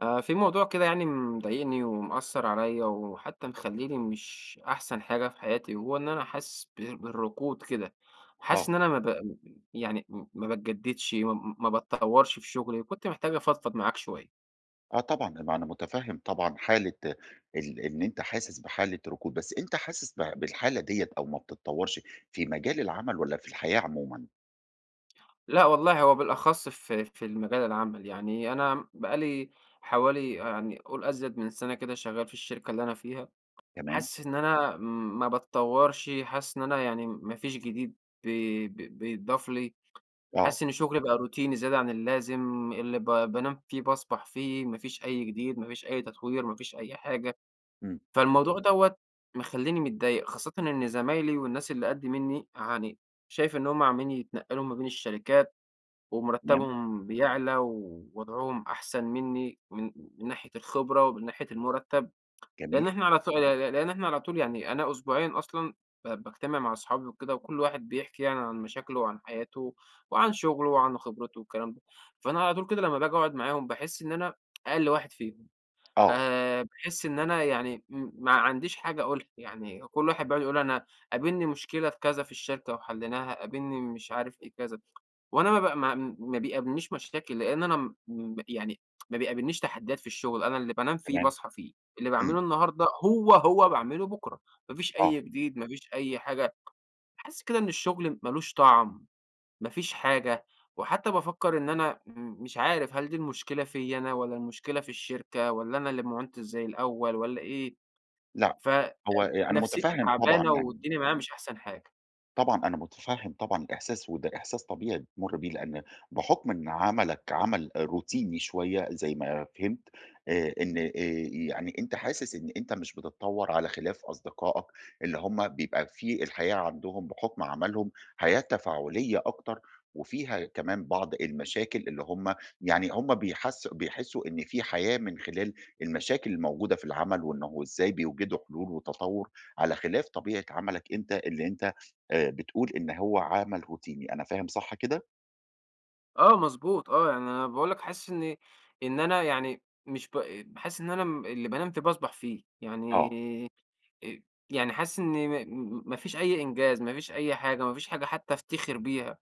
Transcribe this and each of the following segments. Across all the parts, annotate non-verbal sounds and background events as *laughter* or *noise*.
آه، في موضوع كده يعني مضايقني ومأثر عليا، وحتى مخليني مش أحسن حاجة في حياتي، وهو إن أنا حاسس بالركود كده. آه، حاسس إن أنا ما ب... يعني ما بتجددش، ما بتطورش في شغلي. كنت محتاج أفضفض معاك شوية. آه طبعًا، ما أنا متفهم طبعًا حالة إن أنت حاسس بحالة ركود، بس أنت حاسس بالحالة ديّة أو ما بتتطورش في مجال العمل والّا في الحياة عمومًا؟ لا والله، هو بالأخص في المجال العمل. يعني أنا بقالي حوالي، يعني قول، أزيد من سنة كده شغال في الشركة اللي أنا فيها. تمام، حاسس إن أنا ما بتطورش، حاسس إن أنا يعني ما فيش جديد بيضاف لي. آه، حاسس إن شغلي بقى روتيني زيادة عن اللازم، اللي بانام فيه باصبح فيه، ما فيش أي جديد، ما فيش أي تطوير، ما فيش أي حاجة. إمم، فالموضوع دوّة مخلّيني متضايق، خاصةً إن زمايلي والناس اللي قد منّي يعني شايف إن هم عمّالين يتنقّلوا ما بين الشركات، تمام، ومرتّبهم بيعلى ووضعهم أحسن منّي، من ناحية الخبرة ومن ناحية المرتّب. جميل، لإن إحنا على ط ل لإن إحنا على طول، يعني أنا أسبوعيًا أصلًا باجتمع مع أصحابي وكده، وكل واحد بيحكي يعني عن مشاكله وعن حياته وعن شغله وعن خبرته والكلام ده. فأنا على طول كده لمّا باجي أقعد معاهم، باحس إن أنا أقل واحد فيهم. آه، باحس إن أنا يعني ما عنديش حاجة أقولها. يعني كل واحد بيقعد يقول: أنا قابلني مشكلة في كذا في الشركة وحليناها، قابلني مش عارف إيه كذا. وأنا ما ب ما ما بيقابلنيش مشاكل، لإن أنا م م يعني ما بيقابلنيش تحديات في الشغل. أنا اللي بانام فيه تمام، باصحى فيه، اللي باعمله إمم، النهارده هو باعمله بُكرة. ما فيش أي آه، جديد، ما فيش أي حاجة. باحس كده إن الشغل ما لوش طعم. ما فيش حاجة. وحتى بافكّر إن أنا مش عارف، هل دي المشكلة فيّا أنا، والّا المشكلة في الشركة، والّا أنا اللي ما عُنتش زي الأول، والّا إيه. لأ، هو أنا فنفسيتي متفهم طبعًا تعبانة يعني والدنيا معايا مش أحسن حاجة. طبعًا أنا مُتفهِّم طبعًا الإحساس، وده إحساس طبيعي بتمُر بيه، لإن بحُكم إن عملك عمل روتيني شوية زي ما فهمت، إن يعني أنت حاسس إن أنت مش بتتطوّر على خلاف أصدقائك اللي هم بيبقى في الحياة عندهم بحُكم عملهم حياة تفاعلية أكتر وفيها كمان بعض المشاكل اللي هم يعني هم بيحسّوا إن في حياة من خلال المشاكل الموجودة في العمل وإنه إزاي بيوجدوا حلول وتطوُّر على خلاف طبيعة عملك أنت اللي أنت بتقول إن هو عمل روتيني، أنا فاهم صح كده؟ آه، مضبوط، آه. يعني أنا باقول لك، حاسس إن أنا يعني مش باحس إن أنا اللي بانام فيه باصبح فيه، آه. يعني. آه، آآ يعني حاسس إن ما فيش أي إنجاز، ما فيش أي حاجة، ما فيش حاجة حتى أفتخر بيها.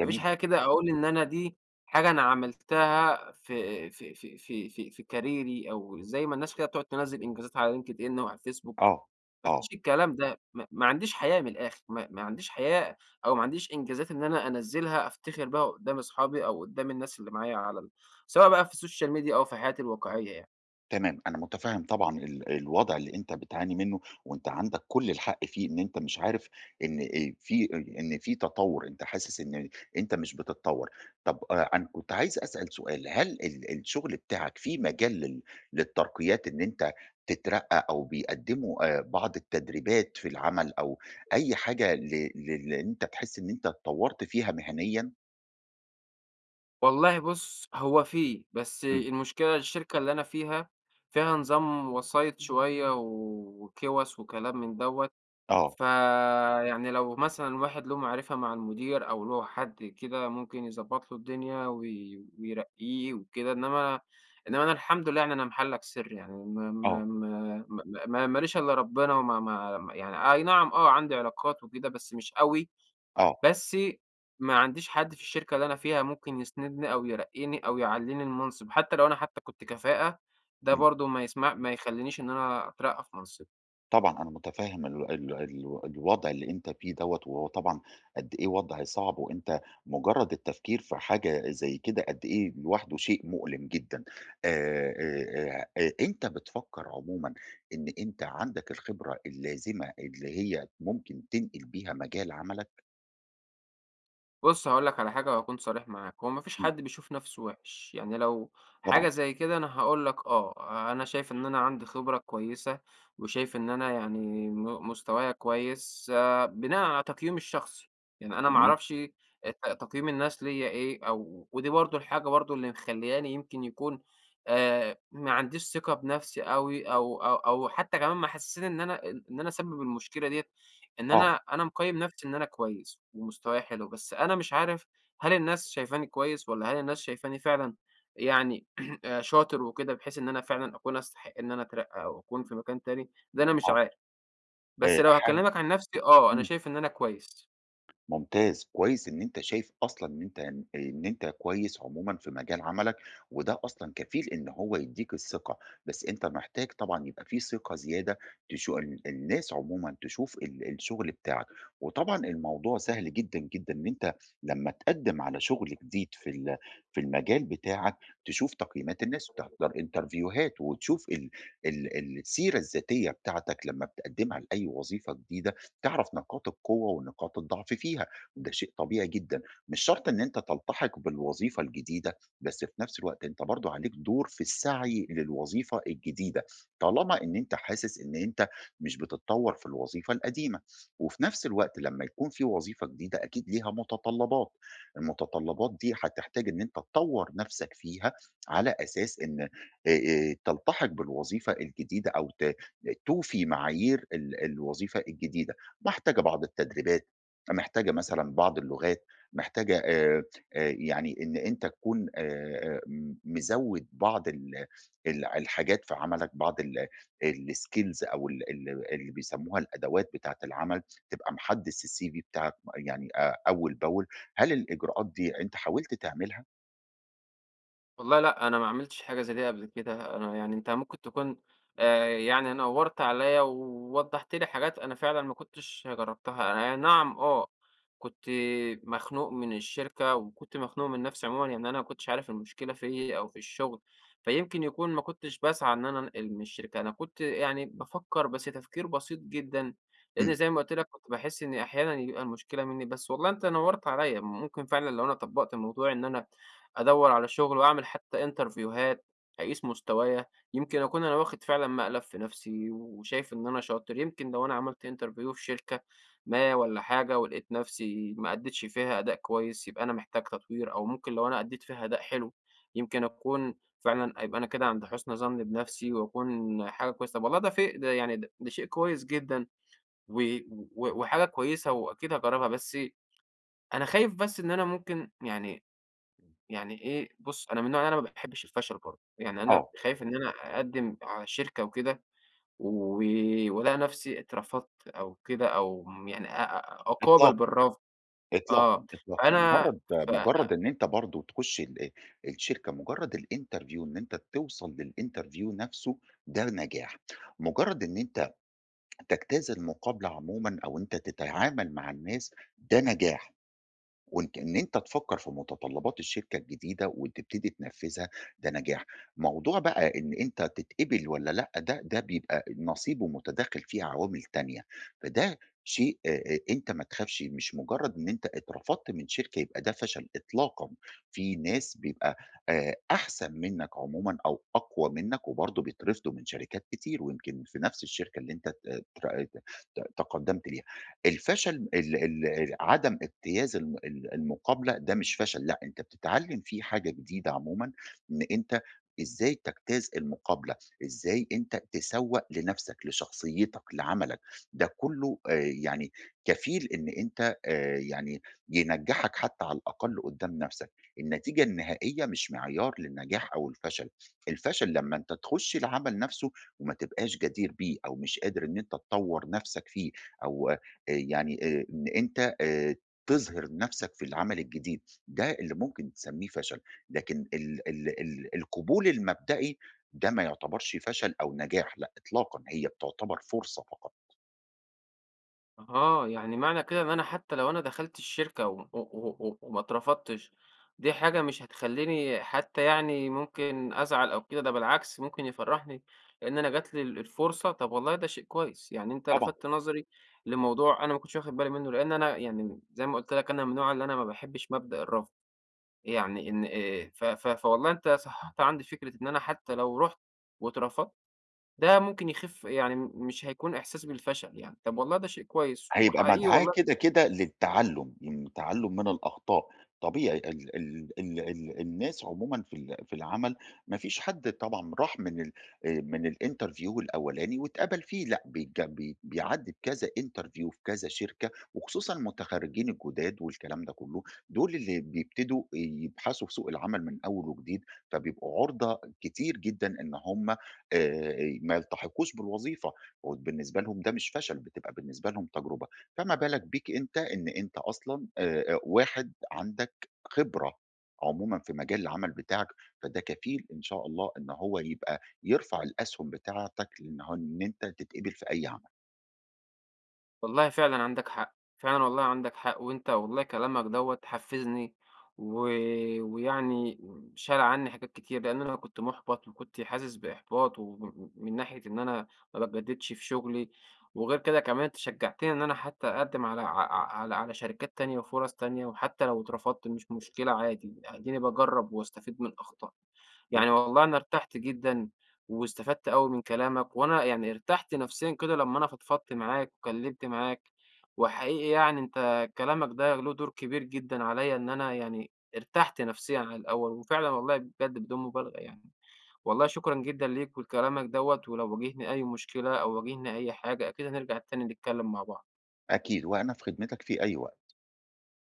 ما فيش حاجة جدًا، كده أقول إن أنا دي حاجة أنا عملتها في كاريري، أو زي ما الناس كده بتقعد تنزّل إنجازاتها على LinkedIn وعلى الفيسبوك. آه، ما فيش آه، الكلام ده. ما عنديش حياة من الآخر، ما عنديش حياة، أو ما عنديش إنجازات إن أنا أنزّلها أفتخر بها قدّام أصحابي أو قدّام الناس اللي معايا، على ال سواء بقى في السوشيال ميديا أو في حياتي الواقعية يعني. تمام، أنا متفهم طبعًا الوضع اللي أنت بتعاني منه، وأنت عندك كل الحق فيه إن أنت مش عارف إن آآ في إن في تطور، أنت حاسس إن أنت مش بتتطور. طب أنا كنت عايز أسأل سؤال، هل الشغل بتاعك في مجال للترقيات إن أنت تترقى أو بيقدموا بعض التدريبات في العمل أو أي حاجة ل لل أنت تحس إن أنت اتطورت فيها مهنيًا؟ والله، بُص، هو في. بس إمم. المشكلة الشركة اللي أنا فيها، فيها نظام وسايط شوية وكِوَس وكلام من دوّة. آه، فيعني لو مثلًا واحد له معرفة مع المدير أو له حد كده، ممكن يضبّط له الدنيا ويرقّيه وكده. إنّما أنا الحمد لله، يعني أنا محلّك سر يعني، م م آه، م م ما ليش إلّا ربنا، وما ما ما- يعني، أي نعم، آه، عندي علاقات وكده بس مش أوي. آه، بس ما عنديش حد في الشركة اللي أنا فيها ممكن يسندني أو يرقّيني أو يعلّيني المنصب. حتّى لو أنا، حتّى كنت كفاءة، ده إمم. برضه ما يسمع، ما يخلّينيش إن أنا أترقّى في منصب. طبعًا أنا متفهّم ال ال ال الوضع اللي أنت فيه دوّة، وهو طبعًا قد إيه وضع صعب، وأنت مجرّد التفكير في حاجة زي كده قد إيه لوحده شيء مؤلم جدًا. أنت بتفكّر عمومًا إن أنت عندك الخبرة اللازمة اللي هي ممكن تنقل بيها مجال عملك؟ بُص، هاقول لك على حاجة وهاكون صريح معاك. هو ما فيش إمم، حد بيشوف نَفْسه وِحِش، يعني لو طبعًا، حاجة زي كده. أنا هاقول لك: آه، آه، أنا شايف إن أنا عندي خبرة كويسة، وشايف إن أنا يعني مستوايا كويس، بناءً على تقييمي الشخصي. يعني أنا ما جميل. أعرفش، تقييم الناس ليّا إيه، أو ودي برضه الحاجة برضه اللي مخلّياني يمكن يكون، ما عنديش ثقة بنَفْسي أوي، أو حتّى كمان محسّساني إن أنا إن أنا سبب المشكلة ديّة. إن آه، أنا مقيّم نفسي إن أنا كويس ومستواي حلو، بس أنا مش عارف، هل الناس شايفاني كويس، والّا هل الناس شايفاني فعلًا يعني *clears throat* شاطر وكده، بحيث إن أنا فعلًا أكون أستحق إن أنا أترقى أو أكون في مكان تاني. ده أنا مش آه. عارف. بس لو حاجة هاكلمك عن نفسي، آه، أنا إمم. شايف إن أنا كويس. ممتاز، كويس إن أنت شايف أصلًا إن أنت إن أنت كويس عمومًا في مجال عملك، وده أصلًا كفيل إن هو يدّيك الثقة، بس أنت محتاج طبعًا يبقى في ثقة زيادة تشو ال الناس عمومًا تشوف الشغل بتاعك، وطبعًا الموضوع سهل جدًا، جدًا إن أنت لمّا تقدّم على شغل جديد في المجال بتاعك، تشوف تقييمات الناس وتحضر انترفيوهات وتشوف ال ال السيرة الذاتية بتاعتك لمّا بتقدّمها لأي وظيفة جديدة، تعرف نقاط القوة ونقاط الضعف فيها، وده شيء طبيعي جدًا، مش شرط إن أنت تلتحق بالوظيفة الجديدة، بس في نفس الوقت أنت برضه عليك دور في السعي للوظيفة الجديدة، طالما إن أنت حاسس إن أنت مش بتتطور في الوظيفة القديمة، وفي نفس الوقت لمّا يكون في وظيفة جديدة أكيد ليها متطلبات، المتطلبات دي هتحتاج إن أنت تطور نفسك فيها على أساس إن تلتحق بالوظيفة الجديدة أو توفي معايير الوظيفة الجديدة. محتاجة بعض التدريبات، محتاجة مثلًا بعض اللغات، محتاجة يعني إن أنت تكون م مزوّد بعض ال ال الحاجات في عملك، بعض الskills أو ال ال اللي بيسموها الأدوات بتاعة العمل، تبقى محدّث الCV بتاعك يعني أول بأول، هل الإجراءات دي أنت حاولت تعملها؟ والله، لأ. أنا ما عملتش حاجة زي دي قبل كده. أنا يعني، أنت ممكن تكون، يعني، نوّرت عليَّ ووضّحت لي حاجات أنا فعلًا ما كنتش جرّبتها. أنا، أي نعم، آه، كنت مخنوق من الشركة وكنت مخنوق من نَفْسي عمومًا. يعني أنا ما كنتش عارف المشكلة فيّا أو في الشغل، فيمكن يكون ما كنتش باسعى إن أنا أنقل من الشركة. أنا كنت يعني بافكّر بس تفكير بسيط جدًا، لإن إمم، زي ما قُلت لك كنت باحس إن أحيانًا يبقى المشكلة منّي بس. والله أنت نوّرت عليَّ، ممكن فعلًا لو أنا طبّقت الموضوع إن أنا أدوّر على شغل وأعمل حتى إنترفيوهات، أقيس مستوايا. يمكن أكون أنا واخد فعلًا مقلب في نفسي وشايف إن أنا شاطر. يمكن لو أنا عملت interview في شركة ما والّا حاجة، ولقيت نفسي ما أدّيتش فيها أداء كويس، يبقى أنا محتاج تطوير. أو ممكن لو أنا أدّيت فيها أداء حلو، يمكن أكون فعلًا، أبقى أنا كده عند حُسن ظن بنفسي وأكون حاجة كويسة. طب والله، ده في ده يعني، ده شيء كويس جدًا و و وحاجة كويسة، وأكيد هاجرّبها. بس أنا خايف، بس إن أنا ممكن يعني، إيه، بُص، أنا من النوع اللي أنا ما باحبّش الفشل برضه. يعني أنا آه، خايف إن أنا أقدّم على شركة وكده، و وألاقي نَفْسي اترفضت أو كده، أو يعني أ أ أقابل إطلاقًا. بالرفض. إطلاقًا، آه، إطلاقًا، فأنا مجرّد ف مجرّد إن أنت برضه تخش الشركة، مجرّد الinterview إن أنت توصل للinterview نفسه ده نجاح، مجرّد إن أنت تجتاز المقابلة عمومًا أو أنت تتعامل مع الناس ده نجاح. وإنت إن أنت تفكّر في متطلبات الشركة الجديدة وتبتدي تنفّذها، ده نجاح. موضوع بقى إن أنت تتقبل والّا لأ، ده بيبقى نصيب ومتداخل فيه عوامل تانية، فده شيء أنت ما تخافش، مش مجرّد إن أنت اترفضت من شركة يبقى ده فشل إطلاقًا، في ناس بيبقى أحسن منّك عمومًا أو أقوى منّك وبرضه بيترفضوا من شركات كتير ويمكن في نفس الشركة اللي أنت ت تر ت ت تقدّمت ليها. الفشل ال ال عدم اجتياز المقابلة ده مش فشل، لأ، أنت بتتعلم فيه حاجة جديدة عمومًا، إن أنت إزاي تجتاز المقابلة، إزاي أنت تسوّق لنفسك، لشخصيتك، لعملك، ده كله يعني كفيل إن أنت يعني ينجّحك حتى على الأقل قدّام نفسك، النتيجة النهائية مش معيار للنجاح أو الفشل، الفشل لمّا أنت تخش العمل نفسه وما تبقاش جدير بيه أو مش قادر إن أنت تطوّر نفسك فيه أو إن أنت تظهر نَفْسك في العمل الجديد، ده اللي ممكن تسمّيه فشل، لكن ال ال ال القبول المبدئي ده ما يُعتبرش فشل أو نجاح لأ إطلاقًا، هي بتُعتبر فرصة فقط. آه، يعني معنى كده إن أنا حتى لو أنا دخلت الشركة و وما اترفضتش، دي حاجة مش هتخلّيني، حتى يعني ممكن أزعل أو كده، ده بالعكس ممكن يفرّحني، لإن أنا جات لي الفرصة. طب والله ده شيء كويس. يعني أنت طبعًا. لفتت نظري لموضوع أنا ما كنتش واخد بالي منه، لإن أنا يعني زي ما قُلت لك أنا من النوع اللي أنا ما باحبش مبدأ الرفض. يعني إن، ف ف فوالله، أنت صحّحت عندي فكرة إن أنا حتى لو رُحت واترفضت، ده ممكن يخف، يعني مش هيكون إحساس بالفشل يعني. طب والله ده شيء كويس، هيبقى وحقيقي مدعاة والله كده، كده للتعلُّم، من تعلُّم من الأخطاء، طبيعي ال ال ال ال الناس عمومًا في العمل ما فيش حد طبعًا راح من ال من الinterview الأولاني واتقبل فيه، لأ بيج بي بيعدّي بكذا interview في كذا شركة، وخصوصًا المتخرّجين الجُداد والكلام ده كلّه، دول اللي بيبتدوا يبحثوا في سوق العمل من أول وجديد، فبيبقوا عُرضة كتير جدًا إن هم ما يلتحقوش بالوظيفة. وبالنسبة لهم ده مش فشل، بتبقى بالنسبة لهم تجربة، فما بالك بيك أنت إن أنت أصلًا واحد عندك خبرة عمومًا في مجال العمل بتاعك، فده كفيل إن شاء الله إن هو يبقى يرفع الأسهم بتاعتك لإن هو إن أنت تتقبل في أي عمل. والله فعلًا عندك حق، فعلًا والله عندك حق. وأنت والله كلامك دوّة حفّزني و ويعني شال عني حاجات كتير، لإن أنا كنت محبط وكنت حاسس بإحباط من ناحية إن أنا ما باتجددش في شغلي. وغير كده كمان، أنت شجّعتني إن أنا حتى أقدّم على ع ع على على شركات تانية وفُرَص تانية، وحتى لو اترفضت مش مشكلة، عادي. يعني أديني باجرّب واستفيد من أخطائي. يعني بالضبط. والله أنا ارتحت جدًا، واستفدت أوي من كلامك. وأنا يعني ارتحت نفسيًا كده لمّا أنا فضفضت معاك واتكلمت معاك. وحقيقي يعني أنت كلامك ده له دور كبير جدًا عليّا، إن أنا يعني ارتحت نفسيًا عن الأول. وفعلًا والله بجد بدون مبالغة يعني. والله شكرًا جدًا ليك ولكلامك دوّة. ولو واجهني أي مشكلة أو واجهني أي حاجة، أكيد هنرجع تاني نتكلم مع بعض. أكيد، وأنا في خدمتك في أي وقت.